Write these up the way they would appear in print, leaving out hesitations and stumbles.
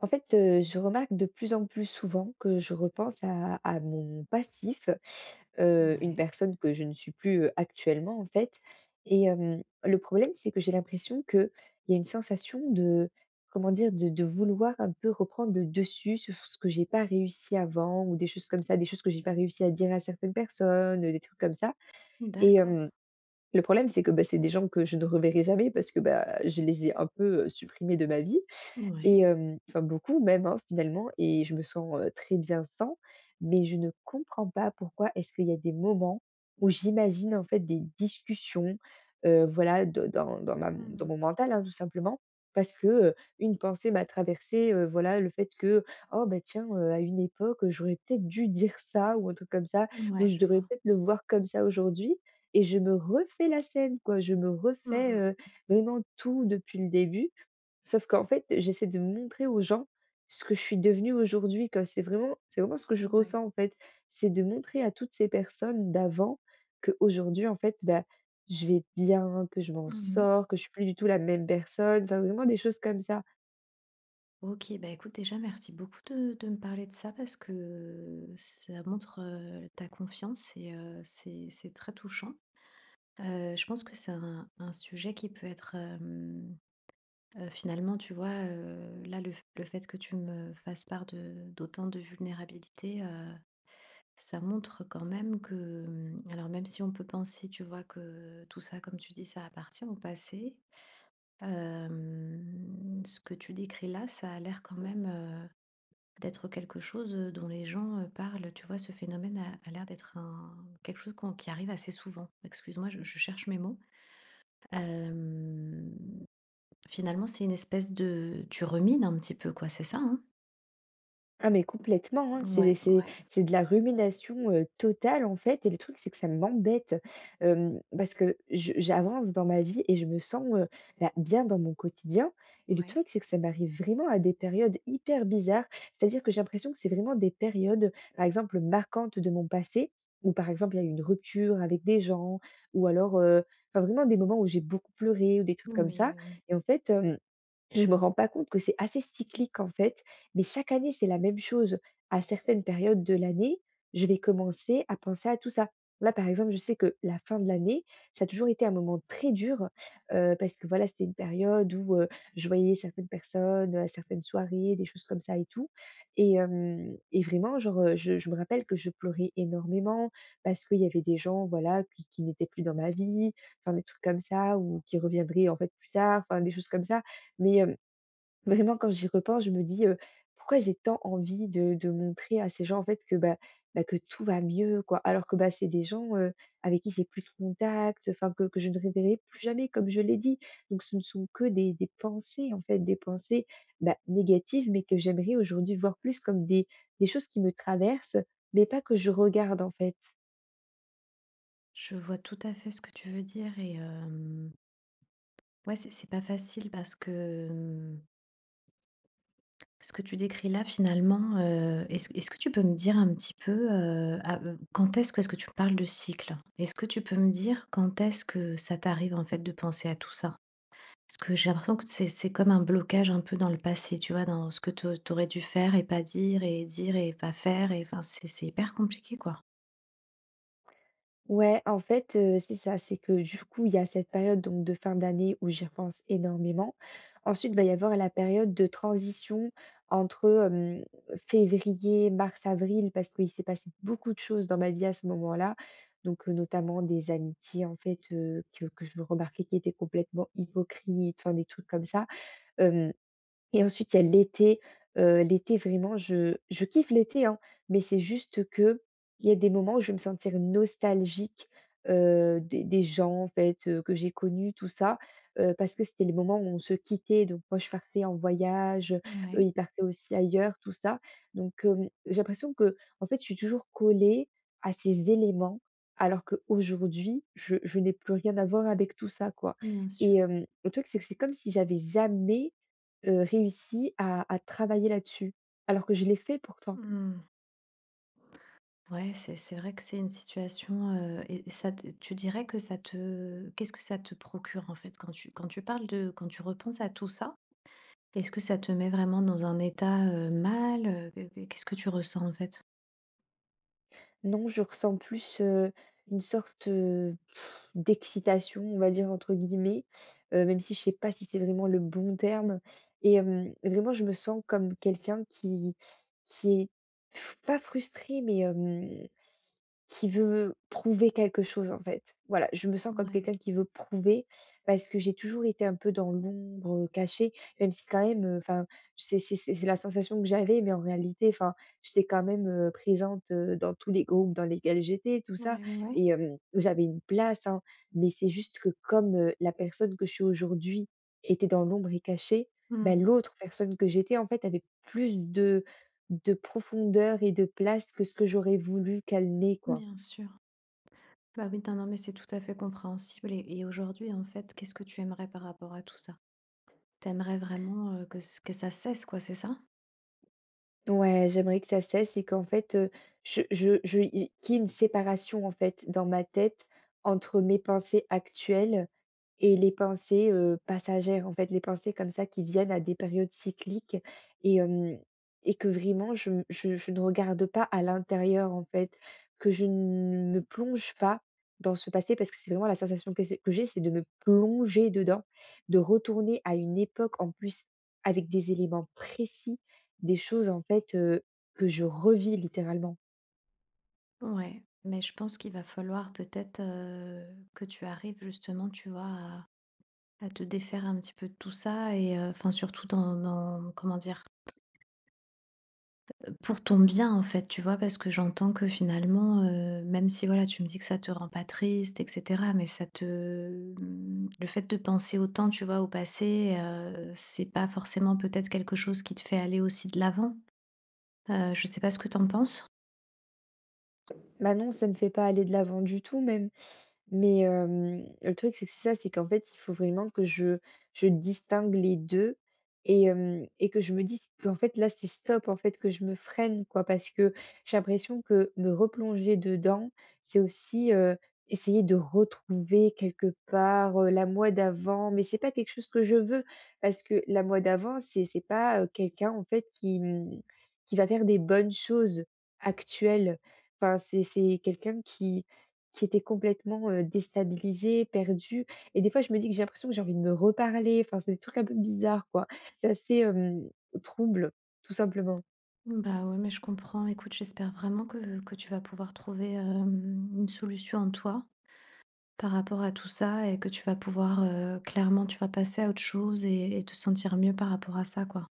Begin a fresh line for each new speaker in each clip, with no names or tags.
En fait, je remarque de plus en plus souvent que je repense à mon passif, une
Ouais,
personne que je ne suis plus, actuellement en fait. Et le problème c'est que j'ai l'impression qu'il y a une sensation de comment dire? De vouloir un peu reprendre le dessus sur ce que j'ai pas réussi avant ou des choses comme ça, des choses que j'ai pas réussi à dire à certaines personnes, des trucs comme ça. Et
d'accord.
le problème c'est que, bah, c'est des gens que je ne reverrai jamais parce que, bah, je les ai un peu, supprimés de ma vie. Et
Ouais.
enfin beaucoup même, hein, finalement, et je me sens, très bien sans, mais je ne comprends pas pourquoi est-ce qu'il y a des moments où j'imagine en fait des discussions, voilà, de dans ma dans
Mmh.
mon mental, hein, tout simplement. Parce que, une pensée m'a traversée, voilà, le fait que: «Oh bah tiens, à une époque, j'aurais peut-être dû dire ça», ou un truc comme ça, ou
Ouais,
«Je
je
devrais
vois.
peut-être le voir comme ça aujourd'hui», et je me refais la scène quoi. Je me refais,
Mmh.
vraiment tout depuis le début. Sauf qu'en fait, j'essaie de montrer aux gens ce que je suis devenue aujourd'hui, comme c'est vraiment ce que je
Ouais.
ressens, en fait. C'est de montrer à toutes ces personnes d'avant que aujourd'hui en fait, bah, je vais bien, que je m'en
Mmh.
sors, que je suis plus du tout la même personne, enfin, vraiment des choses comme ça.
OK, bah, écoute, déjà, merci beaucoup de me parler de ça parce que ça montre, ta confiance et c'est très touchant. Je pense que c'est un sujet qui peut être, finalement, tu vois, là, le fait que tu me fasses part de d'autant de vulnérabilité. Ça montre quand même que, hem, alors même si on peut penser, tu vois, que tout ça, comme tu dis, ça appartient au passé, hem, ce que tu décris là, ça a l'air quand même, d'être quelque chose, dont les gens, parlent. Tu vois, ce phénomène a l'air d'être un quelque chose qu'on qui arrive assez souvent. Excuse-moi, je cherche mes mots. Hem, Finalement, c'est une espèce de tu rumines un petit peu, quoi, c'est ça, hein?
Ah mais complètement, hein, c'est
Ouais,
c'est
ouais,
c'est de la rumination, totale en fait, et le truc c'est que ça m'embête, parce que je j'avance dans ma vie et je me sens, bah, bien dans mon quotidien, et le
ouais.
truc c'est que ça m'arrive vraiment à des périodes hyper bizarres. C'est-à-dire que j'ai l'impression que c'est vraiment des périodes, par exemple, marquantes de mon passé, où, par exemple, il y a eu une rupture avec des gens, ou alors, enfin vraiment des moments où j'ai beaucoup pleuré ou des trucs
Oui,
comme ça.
oui, oui.
Et en fait, hem je me rends pas compte que c'est assez cyclique en fait, mais chaque année, c'est la même chose. À certaines périodes de l'année, je vais commencer à penser à tout ça. Là, par exemple, je sais que la fin de l'année, ça a toujours été un moment très dur, parce que voilà, c'était une période où je voyais certaines personnes à certaines soirées, des choses comme ça et tout. Et vraiment, genre, je me rappelle que je pleurais énormément parce qu'il y avait des gens, voilà, qui n'étaient plus dans ma vie, enfin des trucs comme ça, ou qui reviendraient en fait plus tard, enfin des choses comme ça. Mais vraiment, quand j'y repense, je me dis, «Pourquoi j'ai tant envie de montrer à ces gens, en fait, que, bah, que tout va mieux, quoi?» alors que, bah, c'est des gens, avec qui j'ai plus de contact, enfin, que je ne reverrai plus jamais, comme je l'ai dit. Donc ce ne sont que des pensées, en fait, des pensées, bah, négatives, mais que j'aimerais aujourd'hui voir plus comme des choses qui me traversent, mais pas que je regarde, en fait.
Je vois tout à fait ce que tu veux dire. Et ouais, c'est pas facile parce que, hem, ce que tu décris là finalement, est-ce que tu peux me dire un petit peu, à quand est-ce que parce que tu parles de cycle, est-ce que tu peux me dire quand est-ce que ça t'arrive en fait de penser à tout ça? Parce que j'ai l'impression que c'est comme un blocage un peu dans le passé, tu vois? Dans ce que te tu aurais dû faire et pas dire et dire et pas faire et enfin c'est hyper compliqué quoi.
Ouais, en fait, c'est ça, c'est que, du coup, il y a cette période donc de fin d'année où j'y repense énormément. Ensuite, il va y avoir la période de transition entre, hem, février, mars, avril, parce qu'il s'est passé beaucoup de choses dans ma vie à ce moment-là. Donc, notamment des amitiés en fait, que je remarquais qui étaient complètement hypocrites, enfin des trucs comme ça, et ensuite, il y a l'été. L'été vraiment je kiffe l'été, hein, mais c'est juste que il y a des moments où je vais me sentir nostalgique, des gens en fait, que j'ai connus tout ça, parce que c'était les moments où on se quittait. Donc moi, je partais en voyage, eux,
Ouais,
ils partaient aussi ailleurs, tout ça. Donc, j'ai l'impression que en fait, je suis toujours collée à ces éléments, alors qu'aujourd'hui, je n'ai plus rien à voir avec tout ça, quoi.
bien
Et
sûr.
le truc, c'est que c'est comme si j'avais jamais réussi à travailler là-dessus, alors que je l'ai fait pourtant.
Mmh. Ouais, c'est vrai que c'est une situation, et ça te tu dirais que ça te qu'est-ce que ça te procure, en fait, quand tu parles de quand tu repenses à tout ça? Est-ce que ça te met vraiment dans un état, mal, que qu'est-ce que tu ressens, en fait?
Non, je ressens plus, une sorte, d'excitation, on va dire entre guillemets, même si je sais pas si c'est vraiment le bon terme. Et vraiment je me sens comme quelqu'un qui est f pas frustré, mais qui veut prouver quelque chose, en fait. Voilà, je me sens comme
Ouais.
quelqu'un qui veut prouver parce que j'ai toujours été un peu dans l'ombre, cachée, même si quand même, enfin, c'est la sensation que j'avais, mais en réalité, enfin, j'étais quand même, présente, dans tous les groupes dans lesquels j'étais, tout
Ouais,
ça.
ouais, ouais.
Et j'avais une place, hein, mais c'est juste que comme, la personne que je suis aujourd'hui était dans l'ombre et cachée, ben
Mmh.
l'autre personne que j'étais, en fait, avait plus de profondeur et de place que ce que j'aurais voulu qu'elle n'ait, quoi.
Bien sûr. Bah, oui, non, non, mais c'est tout à fait compréhensible. Et aujourd'hui, en fait, qu'est-ce que tu aimerais par rapport à tout ça? T'aimerais vraiment, que c que ça cesse, quoi, c'est ça?
Ouais, j'aimerais que ça cesse et qu'en fait, je il qu'il y ait une séparation, en fait, dans ma tête entre mes pensées actuelles et les pensées, passagères, en fait, les pensées comme ça qui viennent à des périodes cycliques. Et hem et que vraiment je ne regarde pas à l'intérieur, en fait, que je ne me plonge pas dans ce passé parce que c'est vraiment la sensation que c'est que j'ai, c'est de me plonger dedans, de retourner à une époque, en plus, avec des éléments précis, des choses, en fait, que je revis littéralement.
Ouais, mais je pense qu'il va falloir peut-être, que tu arrives justement, tu vois, à te défaire un petit peu de tout ça et enfin surtout dans comment dire? Pour ton bien, en fait, tu vois? Parce que j'entends que finalement, même si voilà, tu me dis que ça te rend pas triste et cetera, mais ça te, mmh, le fait de penser autant, tu vois, au passé, c'est pas forcément peut-être quelque chose qui te fait aller aussi de l'avant. Je sais pas ce que t'en penses?
Bah, non, ça ne me fait pas aller de l'avant du tout même. Mais le truc, c'est que c'est ça, c'est qu'en fait, il faut vraiment que je distingue les deux. Et hem et que je me dise qu'en fait, là, c'est stop, en fait, que je me freine, quoi. Parce que j'ai l'impression que me replonger dedans, c'est aussi, essayer de retrouver quelque part, la moi d'avant, mais c'est pas quelque chose que je veux parce que la moi d'avant, c'est pas, quelqu'un, en fait, qui, mmh, qui va faire des bonnes choses actuelles. Enfin, c'est quelqu'un qui étaient complètement, déstabilisés, perdus, et des fois je me dis que j'ai l'impression que j'ai envie de me reparler, enfin c'est des trucs un peu bizarres quoi. C'est assez, trouble, tout simplement.
Bah, ouais, mais je comprends. Écoute, j'espère vraiment que tu vas pouvoir trouver, hem, une solution en toi par rapport à tout ça et que tu vas pouvoir, clairement, tu vas passer à autre chose et te sentir mieux par rapport à ça, quoi.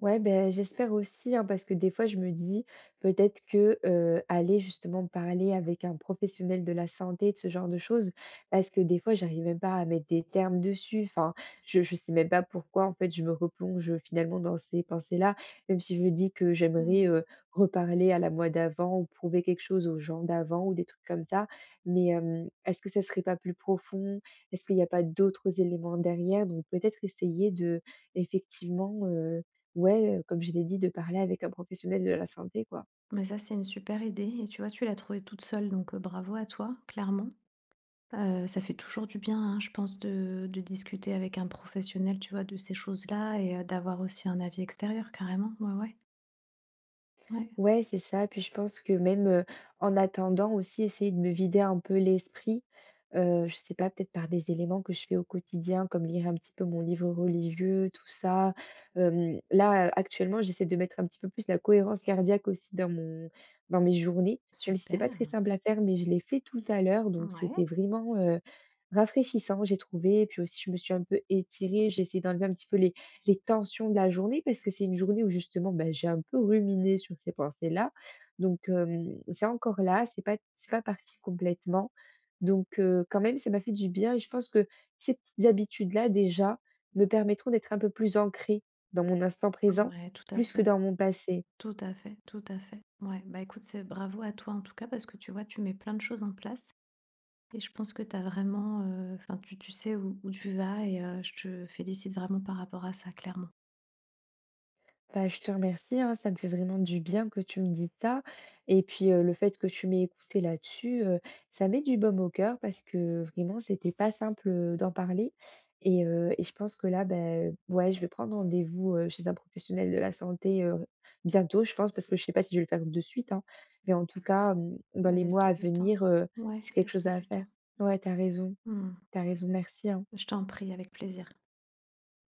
Ouais, ben j'espère aussi, hein, parce que des fois, je me dis peut-être que, aller justement parler avec un professionnel de la santé, de ce genre de choses, parce que des fois, j'arrive même pas à mettre des termes dessus. Enfin, je sais même pas pourquoi, en fait, je me replonge, finalement dans ces pensées-là, même si je me dis que j'aimerais,
Mmh.
reparler à la moi d'avant ou prouver quelque chose aux gens d'avant ou des trucs comme ça. Mais, est-ce que ça serait pas plus profond? Est-ce qu'il y a pas d'autres éléments derrière? Donc peut-être essayer de effectivement, ouais, comme je l'ai dit, de parler avec un professionnel de la santé, quoi.
Mais ça, c'est une super idée et tu vois, tu l'as trouvée toute seule donc, bravo à toi, clairement. Ça fait toujours du bien, hein, je pense de discuter avec un professionnel, tu vois, de ces choses-là et d'avoir aussi un avis extérieur, carrément. Ouais, ouais. Ouais.
Ouais, c'est ça, puis je pense que même, en attendant aussi, essayer de me vider un peu l'esprit, je sais pas, peut-être par des éléments que je fais au quotidien, comme lire un petit peu mon livre religieux, tout ça. Là, actuellement, j'essaie de mettre un petit peu plus la cohérence cardiaque aussi dans mon dans mes journées, même si c'est
Super.
pas très simple à faire, mais je l'ai fait tout à l'heure, donc
Ouais.
c'était vraiment, rafraîchissant, j'ai trouvé. Puis aussi, je me suis un peu étirée, j'ai essayé d'enlever un petit peu les tensions de la journée parce que c'est une journée où justement, bah, j'ai un peu ruminé sur ces pensées-là. Donc, c'est encore là, c'est pas parti complètement. Donc, quand même, ça m'a fait du bien, et je pense que ces petites habitudes-là, déjà, me permettront d'être un peu plus ancrée dans mon instant présent,
Ouais, tout à
plus que
fait.
dans mon passé.
Tout à fait, tout à fait. Ouais, bah, écoute, c'est bravo à toi en tout cas parce que tu vois, tu mets plein de choses en place et je pense que tu as vraiment, enfin, tu sais où tu vas et je te félicite vraiment par rapport à ça, clairement.
Bah, je te remercie, hein, ça me fait vraiment du bien que tu me dises ça. Et puis le fait que tu m'aies écouté là-dessus, ça met du baume au cœur parce que vraiment, c'était pas simple d'en parler. Et je pense que là, ben ouais, je vais prendre rendez-vous chez un professionnel de la santé, bientôt, je pense, parce que je sais pas si je vais le faire de suite, hein. Mais en tout cas, dans
Mais
les mois à
laisse-toi du temps.
venir,
Ouais,
c'est quelque chose
laisse-toi
à
du
faire.
temps.
Ouais, t'as raison,
Mmh.
merci, hein.
Je t'en prie, avec plaisir.